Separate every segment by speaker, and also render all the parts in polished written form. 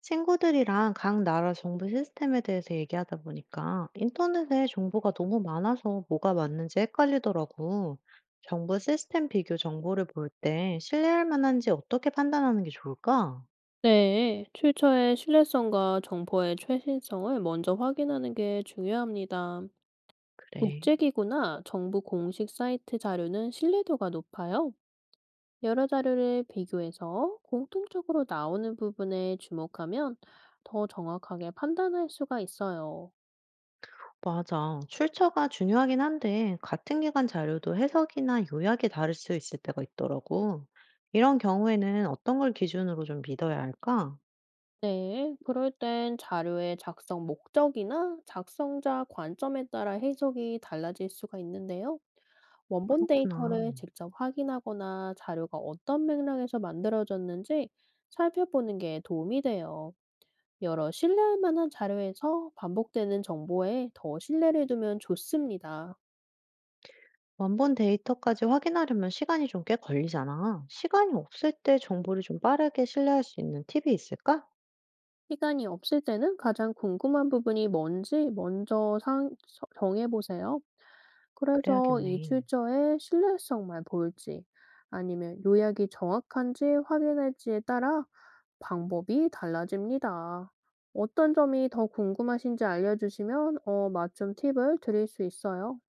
Speaker 1: 친구들이랑 각 나라 정부 시스템에 대해서 얘기하다 보니까 인터넷에 정보가 너무 많아서 뭐가 맞는지 헷갈리더라고. 정부 시스템 비교 정보를 볼 때 신뢰할 만한지 어떻게 판단하는 게 좋을까?
Speaker 2: 네, 출처의 신뢰성과 정보의 최신성을 먼저 확인하는 게 중요합니다.
Speaker 1: 그래.
Speaker 2: 국제기구나 정부 공식 사이트 자료는 신뢰도가 높아요. 여러 자료를 비교해서 공통적으로 나오는 부분에 주목하면 더 정확하게 판단할 수가 있어요.
Speaker 1: 맞아. 출처가 중요하긴 한데 같은 기관 자료도 해석이나 요약이 다를 수 있을 때가 있더라고. 이런 경우에는 어떤 걸 기준으로 좀 믿어야 할까?
Speaker 2: 네, 그럴 땐 자료의 작성 목적이나 작성자 관점에 따라 해석이 달라질 수가 있는데요. 원본
Speaker 1: 그렇구나.
Speaker 2: 데이터를 직접 확인하거나 자료가 어떤 맥락에서 만들어졌는지 살펴보는 게 도움이 돼요. 여러 신뢰할 만한 자료에서 반복되는 정보에 더 신뢰를 두면 좋습니다.
Speaker 1: 원본 데이터까지 확인하려면 시간이 좀 꽤 걸리잖아. 시간이 없을 때 정보를 좀 빠르게 신뢰할 수 있는 팁이 있을까?
Speaker 2: 시간이 없을 때는 가장 궁금한 부분이 뭔지 먼저 상 서 정해 보세요. 그래서 이
Speaker 1: 그래야겠네.
Speaker 2: 출처의 신뢰성만 볼지 아니면 요약이 정확한지 확인할지에 따라 방법이 달라집니다. 어떤 점이 더 궁금하신지 알려주시면 맞춤 팁을 드릴 수 있어요.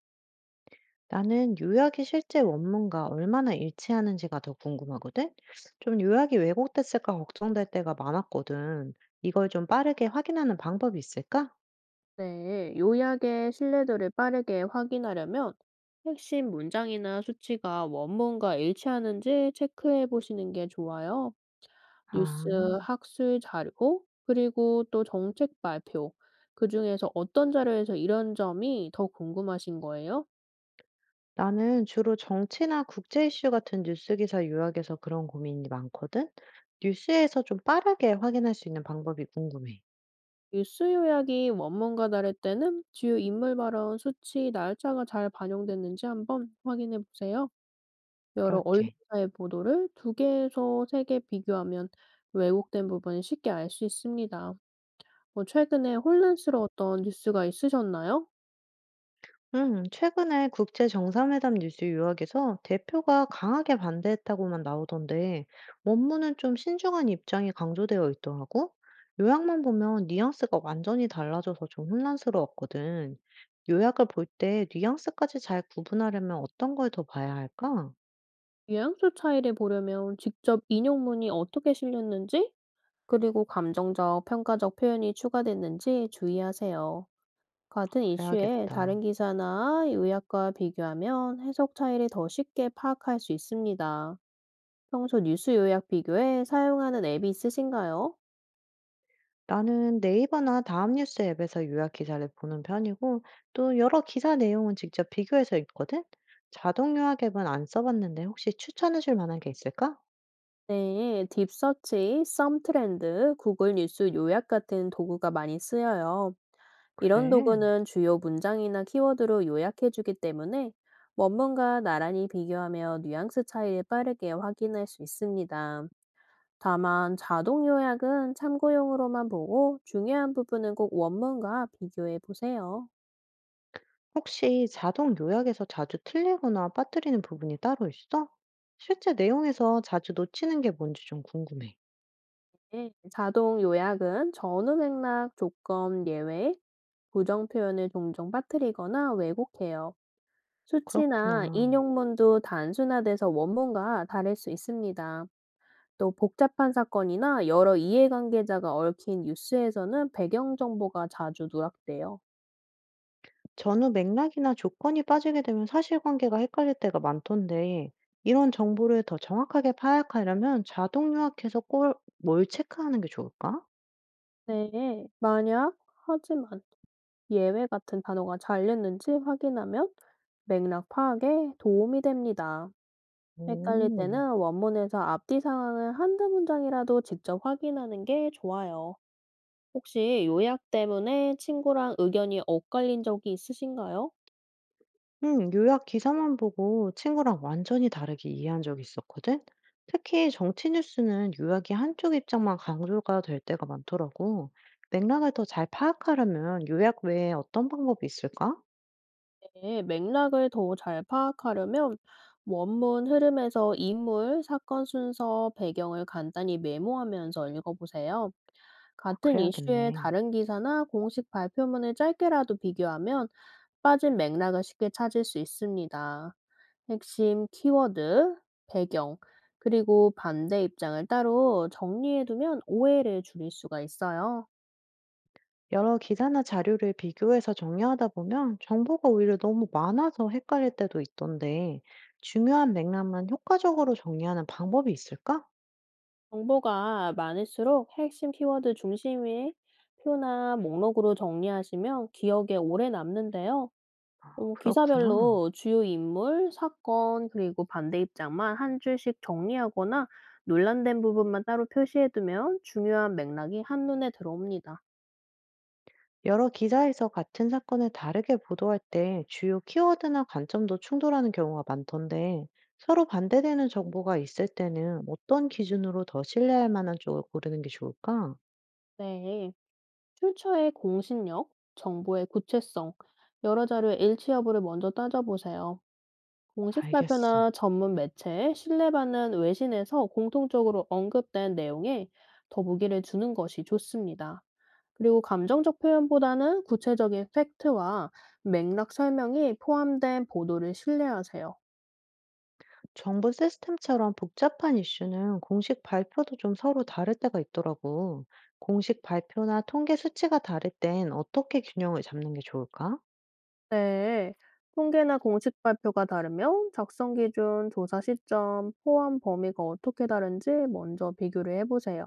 Speaker 1: 나는 요약이 실제 원문과 얼마나 일치하는지가 더 궁금하거든? 좀 요약이 왜곡됐을까 걱정될 때가 많았거든. 이걸 좀 빠르게 확인하는 방법이 있을까?
Speaker 2: 네, 요약의 신뢰도를 빠르게 확인하려면 핵심 문장이나 수치가 원문과 일치하는지 체크해 보시는 게 좋아요. 뉴스,
Speaker 1: 아,
Speaker 2: 학술 자료, 그리고 또 정책 발표. 그중에서 어떤 자료에서 이런 점이 더 궁금하신 거예요?
Speaker 1: 나는 주로 정치나 국제 이슈 같은 뉴스 기사 요약에서 그런 고민이 많거든? 뉴스에서 좀 빠르게 확인할 수 있는 방법이 궁금해.
Speaker 2: 뉴스 요약이 원문과 다를 때는 주요 인물 발언, 수치, 날짜가 잘 반영됐는지 한번 확인해 보세요. 여러
Speaker 1: 그럴게.
Speaker 2: 언론사의 보도를 두 개에서 세 개 비교하면 왜곡된 부분을 쉽게 알 수 있습니다. 뭐 최근에 혼란스러웠던 뉴스가 있으셨나요?
Speaker 1: 최근에 국제 정상회담 뉴스 요약에서 대표가 강하게 반대했다고만 나오던데, 원문은 좀 신중한 입장이 강조되어 있더라고? 요약만 보면 뉘앙스가 완전히 달라져서 좀 혼란스러웠거든. 요약을 볼 때 뉘앙스까지 잘 구분하려면 어떤 걸 더 봐야 할까?
Speaker 2: 유양수 차이를 보려면 직접 인용문이 어떻게 실렸는지 그리고 감정적, 평가적 표현이 추가됐는지 주의하세요. 같은 이슈에
Speaker 1: 그래야겠다.
Speaker 2: 다른 기사나 요약과 비교하면 해석 차이를 더 쉽게 파악할 수 있습니다. 평소 뉴스 요약 비교에 사용하는 앱이 있으신가요?
Speaker 1: 나는 네이버나 다음 뉴스 앱에서 요약 기사를 보는 편이고, 또 여러 기사 내용은 직접 비교해서 읽거든? 자동 요약 앱은 안 써봤는데 혹시 추천해줄 만한 게 있을까?
Speaker 2: 네, 딥서치, 썸트렌드, 구글 뉴스 요약 같은 도구가 많이 쓰여요. 이런
Speaker 1: 그래.
Speaker 2: 도구는 주요 문장이나 키워드로 요약해주기 때문에 원문과 나란히 비교하며 뉘앙스 차이를 빠르게 확인할 수 있습니다. 다만 자동 요약은 참고용으로만 보고 중요한 부분은 꼭 원문과 비교해 보세요.
Speaker 1: 혹시 자동 요약에서 자주 틀리거나 빠뜨리는 부분이 따로 있어? 실제 내용에서 자주 놓치는 게 뭔지 좀 궁금해.
Speaker 2: 네, 자동 요약은 전후 맥락, 조건, 예외, 부정 표현을 종종 빠뜨리거나 왜곡해요. 수치나
Speaker 1: 그렇구나.
Speaker 2: 인용문도 단순화돼서 원문과 다를 수 있습니다. 또 복잡한 사건이나 여러 이해관계자가 얽힌 뉴스에서는 배경 정보가 자주 누락돼요.
Speaker 1: 전후 맥락이나 조건이 빠지게 되면 사실관계가 헷갈릴 때가 많던데, 이런 정보를 더 정확하게 파악하려면 자동 요약해서 뭘 체크하는 게 좋을까?
Speaker 2: 네, 만약, 하지만 예외 같은 단어가 잘렸는지 확인하면 맥락 파악에 도움이 됩니다. 헷갈릴
Speaker 1: 오,
Speaker 2: 때는 원문에서 앞뒤 상황을 한두 문장이라도 직접 확인하는 게 좋아요. 혹시 요약 때문에 친구랑 의견이 엇갈린 적이 있으신가요?
Speaker 1: 응, 요약 기사만 보고 친구랑 완전히 다르게 이해한 적이 있었거든? 특히 정치 뉴스는 요약이 한쪽 입장만 강조가 될 때가 많더라고. 맥락을 더 잘 파악하려면 요약 외에 어떤 방법이 있을까?
Speaker 2: 네, 맥락을 더 잘 파악하려면 원문 흐름에서 인물, 사건 순서, 배경을 간단히 메모하면서 읽어보세요. 같은 이슈의
Speaker 1: 그래야겠네.
Speaker 2: 다른 기사나 공식 발표문을 짧게라도 비교하면 빠진 맥락을 쉽게 찾을 수 있습니다. 핵심 키워드, 배경, 그리고 반대 입장을 따로 정리해두면 오해를 줄일 수가 있어요.
Speaker 1: 여러 기사나 자료를 비교해서 정리하다 보면 정보가 오히려 너무 많아서 헷갈릴 때도 있던데, 중요한 맥락만 효과적으로 정리하는 방법이 있을까?
Speaker 2: 정보가 많을수록 핵심 키워드 중심의 표나 목록으로 정리하시면 기억에 오래 남는데요.
Speaker 1: 그렇구나.
Speaker 2: 기사별로 주요 인물, 사건, 그리고 반대 입장만 한 줄씩 정리하거나 논란된 부분만 따로 표시해두면 중요한 맥락이 한눈에 들어옵니다.
Speaker 1: 여러 기사에서 같은 사건을 다르게 보도할 때 주요 키워드나 관점도 충돌하는 경우가 많던데, 서로 반대되는 정보가 있을 때는 어떤 기준으로 더 신뢰할 만한 쪽을 고르는 게 좋을까?
Speaker 2: 네. 출처의 공신력, 정보의 구체성, 여러 자료의 일치 여부를 먼저 따져보세요. 공식
Speaker 1: 알겠어.
Speaker 2: 발표나 전문 매체에 신뢰받는 외신에서 공통적으로 언급된 내용에 더 무게를 주는 것이 좋습니다. 그리고 감정적 표현보다는 구체적인 팩트와 맥락 설명이 포함된 보도를 신뢰하세요.
Speaker 1: 정부 시스템처럼 복잡한 이슈는 공식 발표도 좀 서로 다를 때가 있더라고. 공식 발표나 통계 수치가 다를 땐 어떻게 균형을 잡는 게 좋을까?
Speaker 2: 네. 통계나 공식 발표가 다르면 작성 기준, 조사 시점, 포함 범위가 어떻게 다른지 먼저 비교를 해보세요.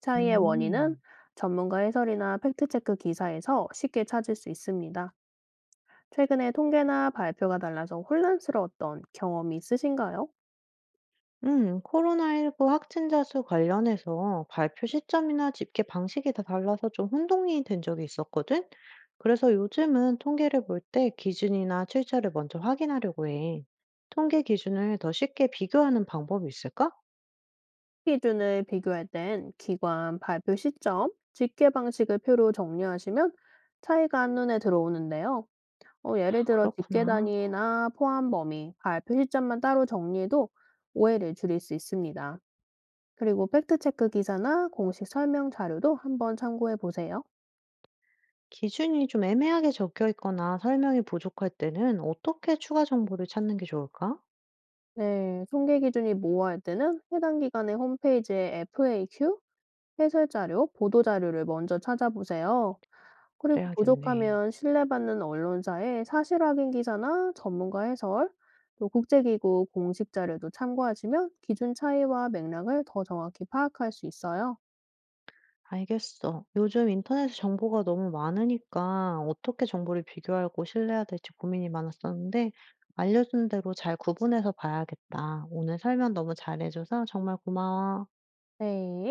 Speaker 2: 차이의 원인은
Speaker 1: 음,
Speaker 2: 전문가 해설이나 팩트체크 기사에서 쉽게 찾을 수 있습니다. 최근에 통계나 발표가 달라서 혼란스러웠던 경험이 있으신가요?
Speaker 1: 코로나19 확진자 수 관련해서 발표 시점이나 집계 방식이 다 달라서 좀 혼동이 된 적이 있었거든? 그래서 요즘은 통계를 볼 때 기준이나 출처를 먼저 확인하려고 해. 통계 기준을 더 쉽게 비교하는 방법이 있을까?
Speaker 2: 기준을 비교할 땐 기관, 발표 시점, 집계 방식을 표로 정리하시면 차이가 한눈에 들어오는데요. 예를 들어 집계
Speaker 1: 그렇구나.
Speaker 2: 단위나 포함 범위, 발표 시점만 따로 정리해도 오해를 줄일 수 있습니다. 그리고 팩트체크 기사나 공식 설명 자료도 한번 참고해 보세요.
Speaker 1: 기준이 좀 애매하게 적혀 있거나 설명이 부족할 때는 어떻게 추가 정보를 찾는 게 좋을까?
Speaker 2: 네, 통계 기준이 모호할 때는 해당 기관의 홈페이지에 FAQ, 해설 자료, 보도 자료를 먼저 찾아보세요. 그리고
Speaker 1: 그래야겠네.
Speaker 2: 부족하면 신뢰받는 언론사의 사실 확인 기사나 전문가 해설, 또 국제기구 공식 자료도 참고하시면 기준 차이와 맥락을 더 정확히 파악할 수 있어요.
Speaker 1: 알겠어. 요즘 인터넷에 정보가 너무 많으니까 어떻게 정보를 비교하고 신뢰해야 될지 고민이 많았었는데 알려준 대로 잘 구분해서 봐야겠다. 오늘 설명 너무 잘해줘서 정말 고마워.
Speaker 2: 네.